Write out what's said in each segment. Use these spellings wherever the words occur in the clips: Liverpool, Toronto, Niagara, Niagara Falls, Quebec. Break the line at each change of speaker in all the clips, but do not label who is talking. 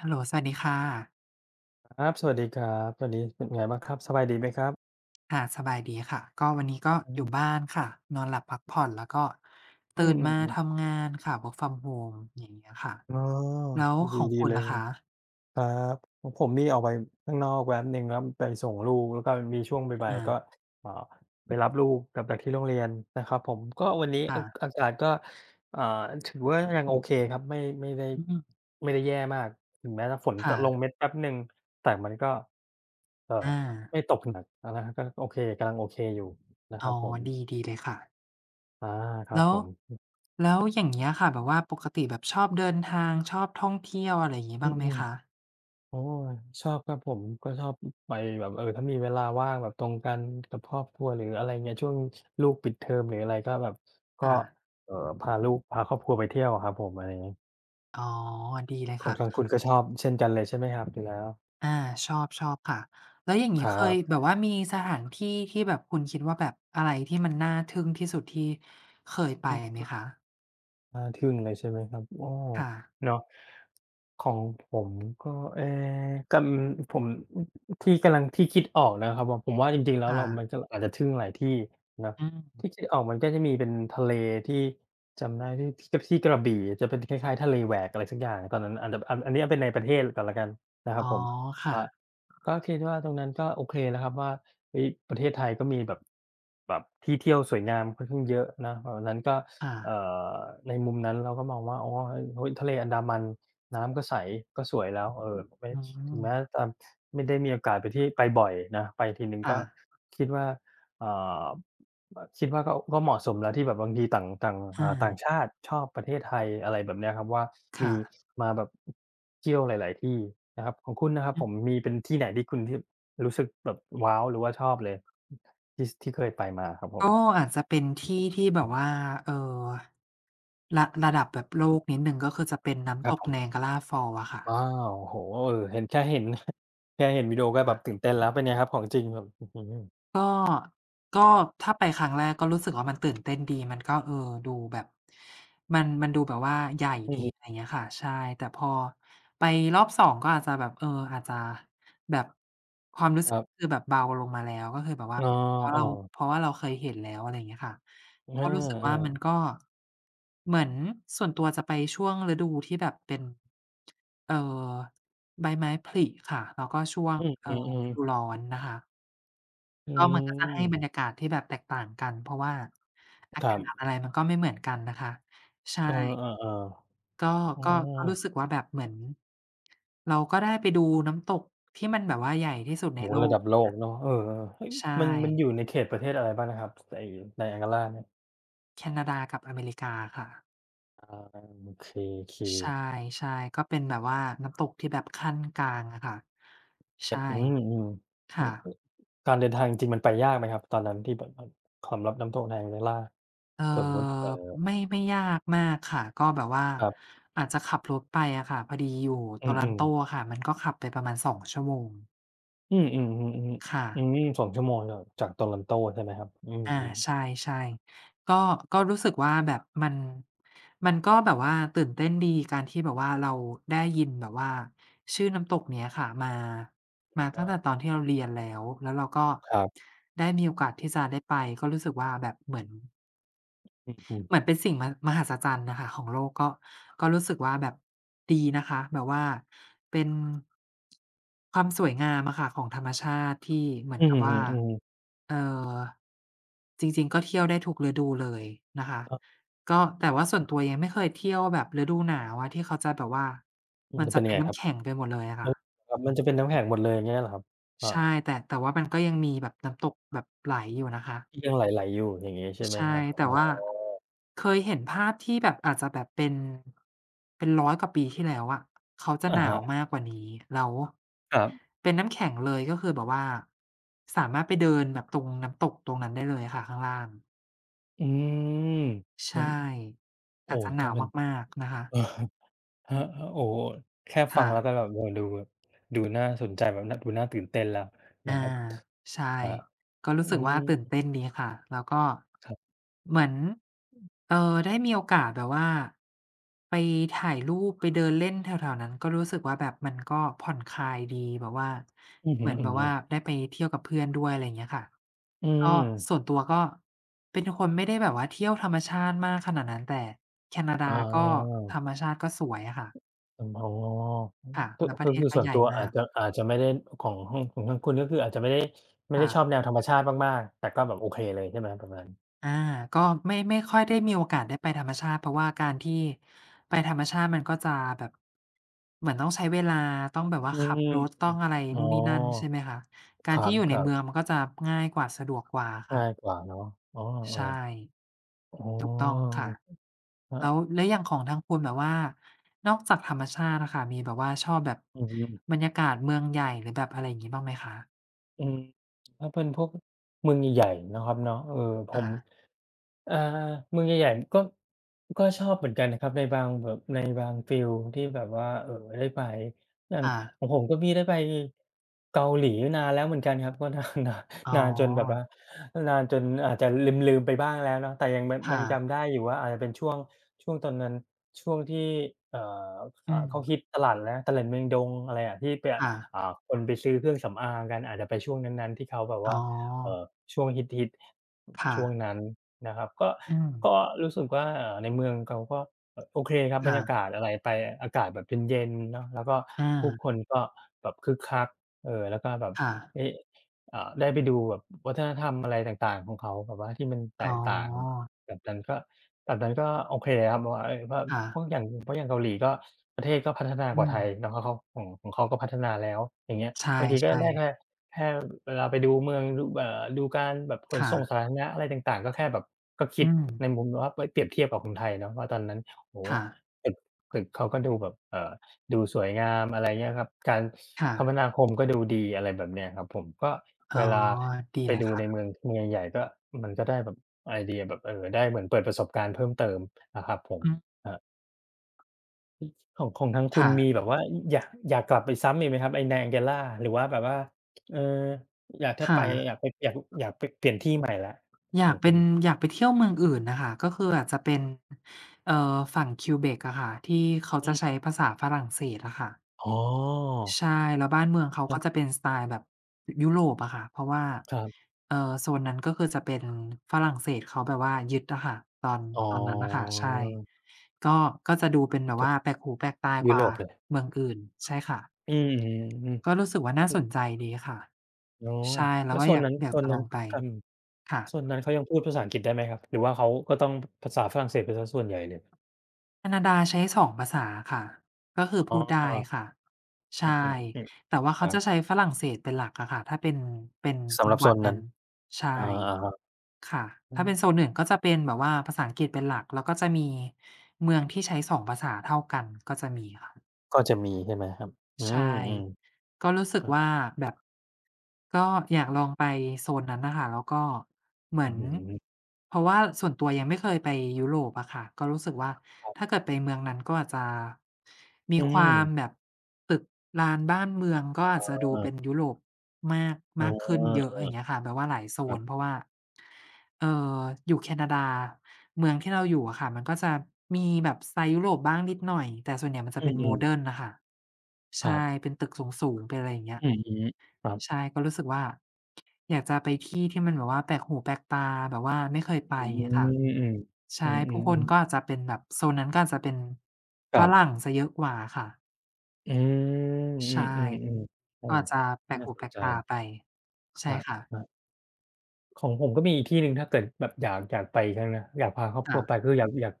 ฮัลโหลสวัสดีค่ะ
ครับสวัสดีครับวันนี้เป็นไงบ้างครับสบายดีไหมครับ
ค่ะสบายดีค่ะก็วันนี้ก็
อ
อยู่
ม
บ้านค่ะนอนหลับพักผ่อนแล้วก็
อื
ตื่นมา
มๆ
ทำงานค่ะ Work from home อย่างเงี้ยค่ะ
ๆอ๋อ
แล้วข
ดี
อง
ดี
คุณ
เลย
ล่ะ
ค
ค
รับ
ะ
ของผมนี่ออกไปข้างนอกแป๊บหนึ่งแล้วไปส่งลูกแล้วก็มีช่วงบ่าย
อา
ๆก็เอ่อไปรับลูกกลับจากที่โรงเรียนนะครับผมก็วันนี้อ
ค่ะ
อากาศก็อ่าถือว่ายังโอเคครับไม่ได้
อืม
ไม่ได้แย่มากถึงแม้จะฝนจะลง
ค่ะ
เม็ดแป๊บหนึ่งแต่มันก็เอ่อ
อา
ไม่ตกหนักอะนะครับก็โอเคกำลังโอเคอยู่นะครั
อ๋อ
บผม
ดีดีเลยค่ะ
อาครับ
แล้
ผ
ว
ม
แล้วอย่างเงี้ยค่ะแบบว่าปกติแบบชอบเดินทางชอบท่องเที่ยวอะไรอย่างงี้
อื
บ้างไหม
ม
คะ
ๆอ๋อชอบครับผมก็ชอบไปแบบเออถ้ามีเวลาว่างแบบตรงกันกับครอบครัวหรืออะไรเงี้ยช่วงลูกปิดเทอมหรืออะไรก็แบบก็
ค่ะ
พาลูกพาครอบครัวไปเที่ยวอะครับผมอะไรอย่างงี้
อ๋อดีเลย
ของ
ค่ะ
ทางคุณก็ชอบเช่นกันเลยใช่ไหมครับอยู่แล้ว
อาชอบค่ะแล้วอย่าง
ค
งี้เคย
รั
แบบว่ามีสถานที่ที่แบบคุณคิดว่าแบบอะไรที่มันน่าทึ่งที่สุดที่เคยไป
บ
ไหมคะ
อาทึ่งเลยใช่ไหมครับอ้อ
ค่ะ
เนาะของผมก็เอ๊กำผมอที่กำลังที่คิดออกนะครับผมผมว่าจริงๆแล้ว
ค่ะ
เรามันก็อาจจะทึ่งหลายที่เนาะ
อื
ที่
ม
คิดออกมันก็จะมีเป็นทะเลที่จำได้ที่ที่กที่กระบี่จะเป็นคล้ายๆทะเลแหวกอะไรสักอย่างตอนนั้นอาจจะอันนี้เอาเป็นในประเทศก่อนแล้วกันนะครั
อ๋
บ
อ
ผมอา
ค่ะ
ก็คิดว่าตรงนั้นก็โอเคนะครับว่าเฮ้ยประเทศไทยก็มีแบบแบบที่เที่ยวสวยงามค่อนข้างเยอะนะแบบนั้นก็
ค่ะ
เอ่อในมุมนั้นเราก็มองว่าอ๋อเฮ้ยทะเลอันดามันน้ำก็ใสก็สวยแล้วเออไม่
อื
ถึง
ม
แม้จะไม่ได้มีโอกาสไปที่ไปบ่อยนะไปทีหนึ่งก็
ค่ะ
คิดว่าเอ่ออคิดว่าก็เหมาะสมแล้วที่แบบบางทีต่างต่าง
อา
ต่างชาติชอบประเทศไทยอะไรแบบเนี้ยครับว่ามี
ค่ะ
มาแบบเที่ยวหลายๆที่นะครับของคุณนะครับ
อื
ผม
ม
มีเป็นที่ไหนที่คุณที่รู้สึกแบบว้าวหรือว่าชอบเลยที่สที่เคยไปมาครับผม
ก็อาจจะเป็นที่ที่แบบว่าเอ่อระระดับแบบโลกนิดหนึ่งก็คือจะเป็น
ครั
น้ำต
บ
ก
ผม
Niagara Falls อะค่ะ
ว้าวโอ้โฮเออเห็นแค่เห็น แค่เห็นวิดีโอก็แบ
ค่ะ
บตื่นเต้นแล้วเป็นไงครับของจริงแบบอื้อฮือ
ก็ก็ถ้าไปครั้งแรกก็รู้สึกว่ามันตื่นเต้นดีมันก็เออดูแบบมันดูแบบว่าใหญ่
อือ
ดีอะ
ฮึ
ไรเงี้ยค่ะใช่แต่พอไปรอบ2ก็อาจจะแบบเอออาจจะแบบความรู้
ค
สึก
รับ
คือแบบเบาลงมาแล้วก็คือแบบว่า
อ๋อ
เพราะเราเพราะว่าเราเคยเห็นแล้วอะไรเงี้ยค่ะ
เออ
ก็รู้สึกว่ามัน
อา
ก็เหมือนส่วนตัวจะไปช่วงฤดูที่แบบเป็นเอ่อใบไม้ผลิค่ะแล้วก็ช่วง
ๆอืออือ
ฤ
ๆ
ดูร้อนนะคะ
อื
ก็มันก็จะให้บรรยา
ม
กาศที่แบบแตกต่างกันเพราะว่าอา
ครั
กาศ
บ
อะไรมันก็ไม่เหมือนกันนะคะใช่
เออๆ
ก็
ๆอ๋อ
ก็ก็รู้สึกว่าแบบเหมือนเราก็ได้ไปดูน้ำตกที่มันแบบว่าใหญ่ที่สุดใน
โอ้โฮ
โล
ระ
ก
ดับโลกเนาะเออๆเฮ้ย
ใช่
มันมันอยู่ในเขตประเทศอะไรบ้างนะครับไอ้ Niagara เนี่ย
แคนาดากับอเมริกาค่ะ
อาโอเค
ใช่ๆก็เป็นแบบว่าน้ำตกที่แบบขั้นกลางอะค่ะ
ๆแต่
ใช่
อืมอืมอื
ค่ะ
อการเดินทางจริงๆมันไปยากไหมครับตอนนั้นที่แบบอสำหรับน้ำตก Niagara?
เอ่
สมมุติ
อไม่ยากมากค่ะก็แบบว่า
ครับ
อาจจะขับรถไปอะค่ะพอดีอยู่
อือ
Toronto
ๆ
อะค่ะมันก็ขับไปประมาณสองชั่วโมง
อืมอือฮึอือฮึ
ค่ะ
อืม2 ชั่วโมงจากจาก Toronto ใช่ไหมครับอืม
อา
อือ
ใช่ๆก็ก็รู้สึกว่าแบบมันมันก็แบบว่าตื่นเต้นดีการที่แบบว่าเราได้ยินแบบว่าชื่อน้ำตกเนี้ยค่ะมามาตั้งแต่ต
ก
อนที่เราเรียนแล้วแล้วเราก็
ครับ
ได้มีโอกาสที่จะได้ไปก็รู้สึกว่าแบบเหมือน
อืมอือ
เหมือนเป็นสิ่งมะมหัศจรรย์น่ะค่ะของโลกก็ก็รู้สึกว่าแบบดีนะคะแบบว่าเป็นความสวยงามอะค่ะของธรรมชาติที่เหมือ
อื
น
อ
กับ
ฮึ
ว่า
อืม
เอ่อจริงๆก็เที่ยวได้ทุกฤดูเลยนะคะ
อา
ก็แต่ว่าส่วนตัวยังไม่เคยเที่ยวแบบฤดูหนาวอะที่เขาจะแบบว่า
ๆมั
มั
น
น
จะ
จะ
เป็นยัง
เป็น
ไงครั
น้ำ
บ
แข็งไปหมดเลยอะ
อื
ค่ะ
อครับมันจะเป็นน้ำแข็งหมดเลยอย่างเงี้ยเหรอครับอา
ใช่แต่แต่ว่ามันก็ยังมีแบบน้ำตกแบบไหลอยู่นะคะ
ที่ยังไหลๆอยู่อย่างงี้ใช่ไหม
ใช่
ครับ
แต่
อ๋อ
ว่าเคยเห็นภาพที่แบบอาจจะแบบเป็นเป็นร้อยกว่าปีที่แล้วอะเขาจะ
อะ
หนา
ฮะ
วมากกว่านี้แล้ว
ครับ
เป็นน้ำแข็งเลยก็คือแบบว่าสามารถไปเดินแบบตรงน้ำตกตรงนั้นได้เลยค่ะข้างล่าง
อืม
ใช
มัน
่
โอ้
อาจจะห
ถ้า
นาว
เป็น
มากๆนะคะ
เออครับโอ้โฮแค่ฟัง
ค่ะ
แล้วก็แบบโอ้ดูแบบดูน่าสนใจแบบน่าดูน่าตื่นเต้นแล้วนะ
อา
ครับ
ใช่
ครับ
ก็
อื
รู้สึก
ม
ว่าตื่นเต้นดีค่ะแล้วก็
ครับ
เหมือนเอ่อได้มีโอกาสแบบว่าไปถ่ายรูปไปเดินเล่นแถวๆนั้นก็รู้สึกว่าแบบมันก็ผ่อนคลายดีแบบว่า
อือฮึ
เหมือนแบบว่า
ๆ
ได้ไปเที่ยวกับเพื่อนด้วยอะไรอย่างเงี้ยค่ะ
อื
ก็
ม
ส่วนตัวก็เป็นคนไม่ได้แบบว่าเที่ยวธรรมชาติมากขนาดนั้นแต่แคนาดา
อ
ก็
า
ธรรมชาติก็สวยอะค่ะ
อืมอ๋อ
ค่ะ
คือ
แล้วป
คื
ระ
อ
เทศ
คือ
ก็
ส่วน
ใหญ่
ตัวอา
มา
จ
ก
จะไม่ได้ของห้องของทางคุณก็คืออาจจะไม่ได้ชอบ
ค่ะ
แนวธรรมชาติมากๆแต่ก็แบบโอเคเลยใช่ไหมประมาณ
อาก็ไม่ค่อยได้มีโอกาสได้ไปธรรมชาติเพราะว่าการที่ไปธรรมชาติมันก็จะแบบเหมือนต้องใช้เวลาต้องแบบ
อื
ว่าขับ
ม
รถต้องอะไร
อ๋อ
นู่นนี่นั่นใช่ไหมคะการที่อยู่
ค
ใน
รั
เมือง
บ
มันก็จะง่ายกว่าสะดวกกว่า
ๆง่าย
ค่ะ
กว่าเนาะอ๋อเออ
ใช่
อ๋อ
ถูกต้องค่ะ
มันครั
แล้ว
บ
แล้วอย่างของทางคุณแบบว่านอกจากธรรมชาติอะค่ะมีแบบว่าชอบแบบ
อือฮึ
บรรยากาศเมืองใหญ่หรือแบบอะไรอย่างงี้บ้างไหมคะ
อืมถ้าเป็นพวกเมืองใหญ่ๆเนาะครับเนาะเออผม
ค่ะ
อาเมืองใหญ่ๆก็ชอบเหมือนกันนะครับในบางแบบในบางฟีลที่แบบว่าได้ไปอย่าง
ค่ะ
ของผมก็มีได้ไปเกาหลีนานแล้วเหมือนกันครับก็ นานนาน
อ๋อ
นานจนแบบว่านานจนอาจจะลืมๆไปบ้างแล้วเนาะแต่ยังแบบยั
ค่ะ
งจำได้อยู่ว่าอาจจะเป็นช่วงช่วงตอนนั้นช่วงที่เอ่อ
อื
อ่า
ม
เขาฮิตตลาดอะไรนะตลาดเมืองดงอะไรอะที่ไป
ค่ะ
อ่าคนไปซื้อเครื่องสำอางกันอาจจะไปช่วงนั้นๆที่เขาแบบ
อ๋
ว่าเอ่อ
อ
ช่วงฮิตๆ
ค่ะ
ช่วงนั้น นะครับก็
อืม
ก็รู้สึกว่าในเมืองเขาก็โอเคครับบรรยากา
ค่ะ
ศอะไรไปอากาศแบบเย็นๆเนาะแล้วก็
อา
ผู้คนก็แบบคึกคักแล้วก็แบบ
ค่ะ
เอ๊ะอ่าได้ไปดูแบบวัฒนธรรมอะไรต่างๆของเขาแบบว่าที่มันแต
อ๋อ
กต่างแบบนั้นก็แบบนั้นก็โอเคครับเพราะว่าเอ๊ย่าะ
ค่ะ
เพราะอย่างเพราะอย่างเกาหลีก็ประเทศก็พัฒนา
อื
กว่าไทย
ม
เนาะเขาเขาของของเขาก็พัฒนาแล้วอย่างเงี้ย
ใช
บางทีก็
่
ได้แค่
ๆ
แค่เวลาไปดูเมืองดูดูการแบบขน
ค่ะ
ส่งสาธารณะอะไรต่างๆก็แค่แบบก็คิด
อืม
ในมุมว่าไปเปรียบเทียบกับคนงไทยเนาะว่าตอนนั้นโอ้โฮ
ค่ะ
ตึกตึกเขาก็ดูแบบดูสวยงามอะไรเงี้ยครับการ
ค่ะ
คมนาคมก็ดูดีอะไรแบบเนี้ยครับผมก็
อ๋
เว
อ
ลา
ดี
ไป
เลย
ดูในเมื
ค่ะ
องเมืองใหญ่ๆก็มันก็ได้แบบไอเดียแบบได้เหมือนเปิดประสบการณ์เพิ่มเติมนะครับผม
อืม
อ ของของทางคุณ
ค่ะ
มีแบบว่าอยากกลับไปซ้ำอีกไหมครับไอ้ Niagara หรือว่าแบบว่าเอออยากถ้าไป
ค่ะ
อยากไปอยากไปเปลี่ยนที่ใหม่แล้ว
อ
ข
ยา
อ
ก
งคุ
เป็
ณ
น อยากไปเที่ยวเมืองอื่นน่ะค่ะก็คืออาจจะเป็นเอ่อฝั่ง Quebec อะค่ะที่เขา
อื
จะใช้
ม
ภาษาฝรั่งเศสอะค่ะ
อ๋อ
ใช่ แล้วบ้านเมืองเขา
ครั
ก็จะ
บ
เป็นสไตล์แบบยุโรปอะค่ะเพราะว่า
ครับ
โซนนั้นก็คือจะเป็นฝรั่งเศสเขาแบบว่ายึดอะค่ะตอน
อ๋อ
ตอนนั้นน่ะค่ะใช่ก็ก็จะดูเป็นแบบ
จะ
ว่าแปลกหูแปลกตาก
ยุโร
ว่า
ปเลย
เมืองอื่นใช่ค่ะ
อืมอือ
ก็
ๆ
รู้สึกว่าน่าสนใจดีค่ะ
อ๋อ
ใช่เรา
แล้ว
ก็
โซ
อ
น
ยาก
นั้น
อ
โซ
ยาก
น
จะล
นั้น
องไป
ครับโซน
ค่ะ
นั้นเขายังพูดภาษาอังกฤษได้ไหมครับหรือว่าเขาก็ต้องภาษาฝรั่งเศสเป็นเสียส่วนใหญ่เลย
แคนาดาใช้สองภาษาค่ะก็คือ
อ๋
พูดได้
อ
ค่ะ
อื
ใช่
อๆ
แต่ว่า
ๆค
เขา
รั
จะ
บ
ใช้ฝรั่งเศสเป็นหลักอะค่ะถ้าเป็นเป็น
สำห
จั
รั
ง
บ
ห
โซ
วัด
น
นั้
นั้น
นใช่
อาๆครับ
ค่ะ
อื
ถ้า
อ
เป็นโซนอื่นก็จะเป็นแบบว่าภาษาอังกฤษเป็นหลักแล้วก็จะมีเมืองที่ใช้สองภาษาเท่ากันก็จะมีค่ะ
ก็จะมีใช่ไหมครับอื
ใช
ม
่ก็รู้
ๆ
สึ
ค
ก
รับ
ว่าแบบก็อยากลองไปโซนนั้นน่ะค่ะแล้วก็เหมื
อื้
อ
อ
น
ฮือ
เพราะว่าส่วนตัวยังไม่เคยไปยุโรปอะค่ะก็รู้สึกว่า
ครั
ถ้า
บ
เกิดไปเมืองนั้นก็อาจจะมี
อื
ความแบ
ม
บตึกรานบ้านเมืองก็อาจจะดู
เออ
เป็นยุโรป มาก
เออ
มากขึ้นเย
เอ
อะ
อ
อย่างเงี้ยค่ะแบบว่าหลายโซ
ครั
นเพ
บ
ราะว่าเอ่ออยู่แคนาดาเมืองที่เราอยู่อะค่ะมันก็จะมีแบบสไตล์ยุโรปบ้างนิดหน่อยแต่ส่วนใหญ่มันจะ
อื
เป็น
ม
Modern
ๆ
น่ะค่ะ
ค
ใช่
รับ
เป็นตึกสูงๆเป็นอะไรอย่างเงี้ย
อือฮึครับ
ใช่ก็รู้สึกว่าอยากจะไปที่ที่มันแบบว่าแปลกหูแปลกตาแบบว่าไม่เคยไป
อืม
อย่างเงี้ยค่ะ
ๆ
ใช่
อื
ผู้คน
มๆๆ
ก็อาจจะเป็นแบบโซนนั้นก็อาจจะเป็น
ค
ฝ
รั
รั่ง
บ
เสียเยอะกว่าค่ะ
อืมอือๆๆโอ้
ก็อาจจะแปลก
น่า
หู
ส
แป
น
ลก
ใจ
ตาไป
ค
ใช่ค่ะ
รับๆ ของผมก็มีอีกที่หนึ่งถ้าเกิดแบบอยากไปอีกครั้งนะอยากพาครอบครัวไป
ค่ะ
คืออยาก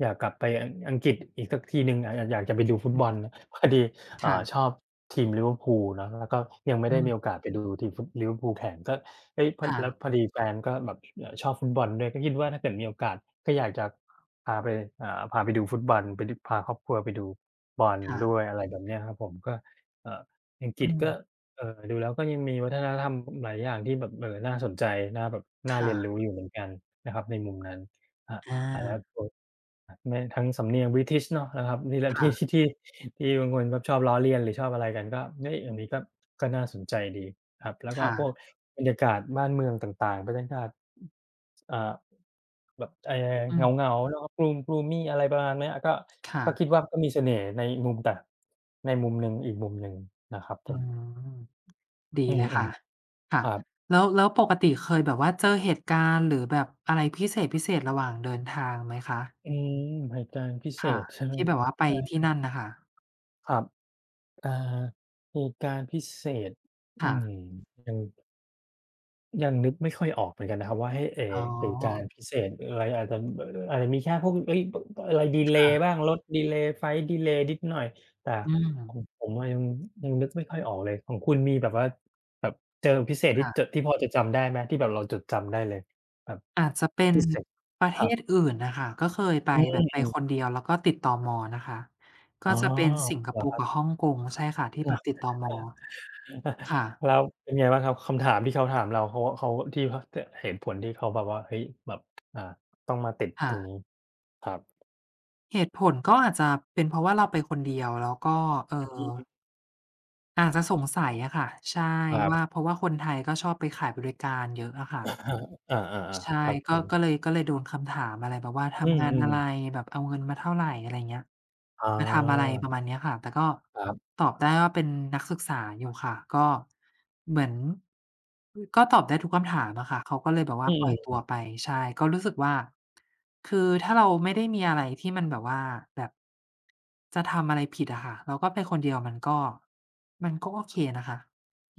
อยากกลับไปอังกฤษอีกสักทีหนึ่งอาอยากจะไปดูฟุต
อือ
บอลนะพอดีอ่าช
ค่ะ
อบทีมลิเวอร์พูลเนาะแล้วก็ยังไม่ได้
อม
มีโอกาสไปดูทีมฟุตลิเวอร์ o ูลแข่งก็เฮ้ยพอแล้วพอ
ค่ะ
ดีแฟนก็แบบชอบฟุตบอลด้วยก็คิดว่าถ้าเกิดมีโอกาสก็อยากจะพาไปอ่าพาไปดูฟุตบอลไปดูพาครอบครัวไปดูบอลด้วย
ค่ะ
อะไรแบบเนี้ยครับผมก็เอ่ออังกฤ
อื
ษ
ม
ก็ เออดูแล้วก็ยังมีวัฒนธรรมหลายอย่างที่แบบน่าสนใจน่าแบบน่าเรียนรู้
ค่ะ
อยู่เหมือนกันนะครับในมุมนั้นครับ
อ
อาจจะ
า
โดนอาแม้ทั้งสำเนียง British เนาะนะครับนี่แหละ ที่
ค่ะ
ที่ที่บางคนแบบชอบล้อเลียนหรือชอบอะไรกันก็เฮ้ยอันนี้ก็ก็น่าสนใจดีครับแล้วก็
ค่ะ
พวกบรรยากาศบ้านเมืองต่างๆบรรยากาศอ่าแบบ
อื
เ
ม
หงาๆเนาะ gloom gloomy อะไรประมาณเนี้ยก็ก็คิด
ค่ะ
ว่าก็มีเสน่ห์ในมุมแต่ในมุมหนึ่งอีกมุมหนึ่งนะครับผ
อื
ม
มดี
อื
เลย
ม
ค่ะ
ๆ
ค่ะ
ครับ
แล้วปกติเคยแบบว่าเจอเหตุการณ์หรือแบบอะไรพิเศษๆระหว่างเดินทางไหมคะ
อืมเหตุการณ์พิเศ
ค่ะ
ษใช่ไหม
ที่แบ
ค
บ
รับ
ว่าไปที่
อา
นั่นน่ะค่ะ
ครับอ่าเหตุการณ์พิเศษอืม
ค่ะ
ยังนึกไม่ค่อยออกเหมือนกันนะครับว่าให้
อ๋
เหตุการณ์
อ
พิเศษอะไรอาจจะอาจจะมีแค่พวกเฮ้ยบอะไรดีเลย์
ค่ะ
บ้างรถดีเลย์ไฟลต์ดีเลย์นิดหน่อยแต่
อื
ของ
ม
ผมอะยังนึกไม่ค่อยออกเลยของคุณมีแบบว่าแบบเจอพิเศษที่จ
ค่ะ
ที่พอจะจำได้ไหมที่แบบเราจดจำได้เลยแบบ
อาจจะเป็น
พิเศษ
ประ
ค
เท
รับ
ศอื่นน่ะค่ะก็เคยไป
อื
แบบไปคน
ม
เดียวแล้วก็ติดตมนะคะ
อ๋
ก็
อ
จะเป็นสิงค
เหร
โป
อค
ร์
รั
กับฮ่องกงใช่ค่ะที่แบ
บ
บติดตม ค่ะ
แล้วเป็นไงบ้างครับคำถามที่เขาถามเราเขาที่เขาตเหตุผลที่เขาแบบว่าเฮ้ยแบบอ่าต้องมาติดต
ค่ะ
รงนี้ครับ
เหตุผลก็อาจจะเป็นเพราะว่าเราไปคนเดียวแล้วก็เอ่
อื
อ
ม
อาจจะสงสัยอะค่ะใช่
ครั
ว่า
บ
เพราะว่าคนไทยก็ชอบไปขายบริการเยอะอะค่ะ
อาๆ
ใช่
ๆครับผ
ก็ก็เล
ม
ยก็เลยโดนคำถามอะไรแบบว่า
อื
ทำงาน
ม
อะไร
ๆ
แบบเอาเงินมาเท่าไรอะไรเงี้ย
อา
มาทำอะไรประมาณเนี้ยค่ะแต่ก็
ครับ
ตอบได้ว่าเป็นนักศึกษาอยู่ค่ะก็เหมือนอือก็ตอบได้ทุกคำถามอะค่ะเขาก็เลยแบบ
อื
ว่าปล่อยตั
ม
วไปใช่ก็รู้สึกว่าคือถ้าเราไม่ได้มีอะไรที่มันแบบว่าแบบจะทำอะไรผิดอะค่ะเราก็ไปคนเดียวมันก็โอเคนะคะ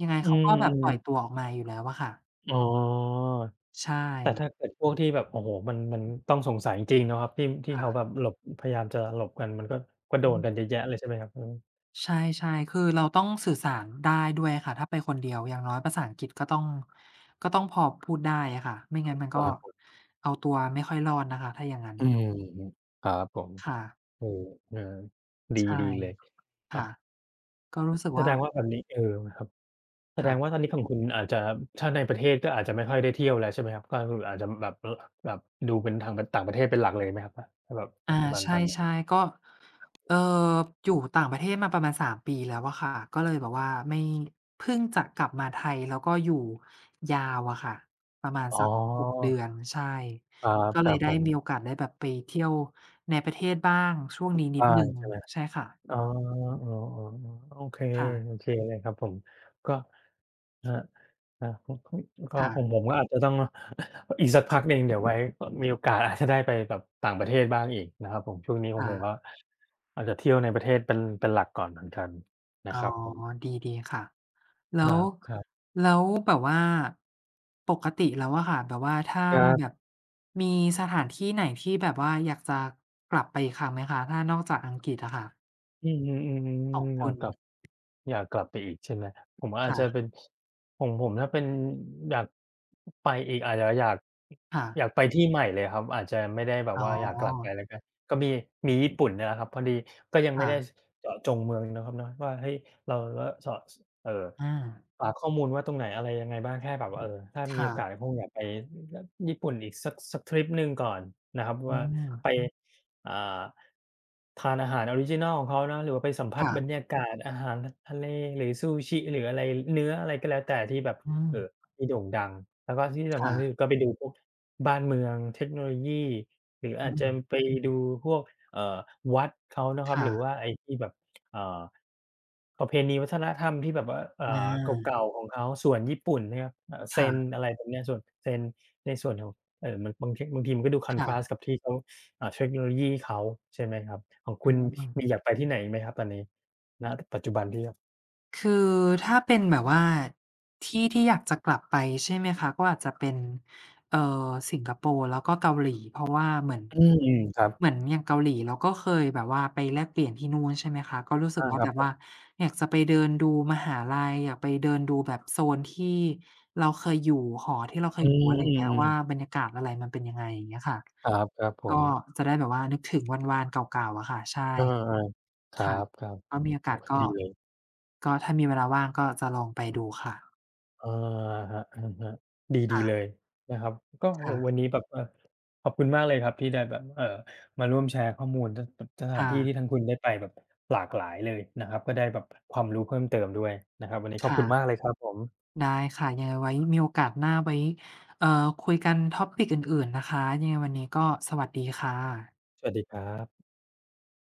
ยังไง
อื
เขาก็แบบ
ม
ปล่อยตัว
ๆ
ออกมาอยู่แล้วอะค่ะ
อ๋อ
ใช่
แต่ถ้าเกิดพวกที่แบบโอ้โฮมันต้องสงสัยจริงๆเนาะครับที่ที่
ค่ะ
เขาแบบหลบพยายามจะหลบกันมันก็ก็โด
อื
นกันเยอะ
ม
แยะเลยใช่ไหมครับอืม
ใช่ๆคือเราต้องสื่อสารได้ด้วยค่ะถ้าไปคนเดียวอย่างน้อยภาษาอังกฤษก็ต้องพอพูดได้อะค่ะไม่งั้นมัน
ค
ก็
รับผม
เอาตัวไม่ค่อยรอดนะคะถ้าอย่างงั้น
อืมครับผม
ค่ะ
เออเออดี
ใช่
ดีเลยครับ
ค่ะก็รู้สึก
แสด
ว่า
งว่าแบบนี้เออครับแสดงว่าตอ
ค่ะ
นนี้ของคุณอาจจะถ้าในประเทศก็อาจจะไม่ค่อยได้เที่ยวแล้วใช่ไหมครับก็คืออาจจะแบบแบบดูเป็นทางต่างประเทศเป็นหลักเลยไหมครับถ้าแบบ
อา
ปัจจุบัน
ใช
ตอนนี้
่ๆก็เอ่ออยู่ต่างประเทศมาประมาณ3ปีแล้วอะค่ะก็เลยแบบว่าไม่เพิ่งจะกลับมาไทยแล้วก็อยู่ยาวอะค่ะประมาณ
อ๋อ
สัก6เดือนใช่
ครับ
ก็
ค
เล
รั
ย
บผ
ได้
ม
มีโอกาสได้แบบไปเที่ยวในประเทศบ้างช่วงนี้นิด
บ้า
หนึ่ง
ใช่ไหม
ใช่ค่ะ
อ๋ออ๋ออ๋ออ๋อโอเค
ค่ะ
โอเคเลยครับผมก็ครับครับก็ของ
ค่ะ
ผมก็อาจจะต้อง อีกสักพักหนึ่งเดี๋ยวไว้ก็มีโอกาส อาจจะได้ไปแบบต่างประเทศบ้างอีกนะครับผม ช่วงนี้ของ
ค่ะ
ผมก็อาจจะเที่ยวในประเทศเป็นหลักก่อนเหมือนกันนะ
อ๋อ
ครับผม
ดีดีค่ะ
ค
แล้
รั
ว
บๆครั
แล้วแบบว่าปกติแล้วอะค่ะแบบว่าถ้า
บ
แบบมีสถานที่ไหนที่แบบว่าอยากจะกลับไปอีกครั้งไหมคะถ้านอกจากอังกฤษอะค่ะ
อืมอมอืมอื
ของ
มอยา
คุ
ก
ณ
กลับอยากกลับไปอีกใช่ไหมผมอาจจะเป็
ค่ะ
นของผมถ้าเป็นอยากไปอีกอาจจะอยาก
ค่ะ
ไปที่ใหม่เลยครับอาจจะไม่ได้แบบ
อ๋อ
ว่าอยากกลับไปแล้วกัก็มีมีญี่ปุ่นเนี่ยแหละครับพอดีก็ยังไม่
ค่ะ
ได้เจาะจงเมืองเนาะครับเนาะว่าเฮ้ยเราเสาะ เอ่อ
อา
หาข้อมูลว่าตรงไหนอะไรยังไงบ้างแค่แบบว่าเออถ้ามีโอ
ค่ะ
กาสก็คงอยากไปอญี่ปุ่นอีกสักทริปหนึ่งก่อนนะครับ
อื
ว่า
ม
ไปอ่าทานอาหารออริจินัลของเขาเนาะหรือว่าไปสัมผัส
ค่ะ
บรรยากาศอาหารททะเลหรือซูชิหรืออะไรเนื้ออะไรก็แล้วแต่ที่แบบ
อืม
เอ่อที่โด่งดังแล้วก็ที่สำคัญ
ค่ะ
ที่สุดก็ไปดูพวกบ้านเมืองเทคโนโลยีหรือ
อื
อาจจะ
ม
ไปดูพวกเอ่อวัดเขานะครับหรือว่า
ค่ะ
ไอ้ที่แบบ เอ่อประเพณีวัฒนธรรมที่แบบว่า
อา
เก่าๆ ของเขาส่วนญี่ปุ่นนะครับเซน
ค่ะ
อะไรแบบเนี้ยส่วนเซนในส่วนของมันบางทบางทีมันก็ดู
ค่ะ
contrast กับที่เขาอ่าเทคโนโลยีเขาใช่ไหมครับ ของ
อื
คุณมีอ
ม
ยากไปที่ไหนอีกไหมครับตอนนี้ณปัจจุบันที่แบบ
คือถ้าเป็นแบบว่าที่ที่อยากจะกลับไปใช่ไหมคะก็อาจจะเป็นเอ่อสิงคโปร์แล้วก็เกาหลีเพราะว่าเหมือน
อืมครั
เหมื
บ
อนอย่างเกาหลีเราก็เคยแบบว่าไปแลกเปลี่ยนที่นู่นใช่ไหมคะก็รู้สึก
อา
ว่า
ครับ
แบบ
ผ
ว่า
ม
อยากจะไปเดินดูมหาลัยอยากไปเดินดูแบบโซนที่เราเคยอยู่หอที่เราเค
อื
ยอยู่อะไรอย่างเงี้
ม
ยว่า
ๆๆ
บรรยากาศอะไรมันเป็นยังไงอย่างเงี้ยค่ะ
ครับ ครับผ
ก็
ม
จะได้แบบว่านึกถึงวันๆเก่าๆอะค่ะใช่
เออๆครั
ค่ะ
บๆผ
ก็
ม
มีโอกา
โอ้
ส
โฮ
ก็
ดีเลย
ก็ถ้ามีเวลาว่างก็จะลองไปดูค่ะ
อาครับอะฮะดีดีเล
ค่ะ
ยนะครับก็โอ้โฮวัน
ค่ะ
นี้แบบขอบคุณมากเลยครับที่ได้แบบมาร่วมแชร์ข้อมูลสสสถานที่ที่
ค่ะ
ทางคุณได้ไปแบบหลากหลายเลยนะครับก็ได้แบบความรู้เพิ่มเติมด้วยนะครับวันนี้ขอบคุณมากเล
ค่ะ
ยครับผม
ได้ค่ะยังไงไว้มีโอกาสหน้าไว้เอ่อคุยกัน topic อื่นๆนะคะยังไงวันนี้ก็สวัสดีค่ะ
สวัสดีครับ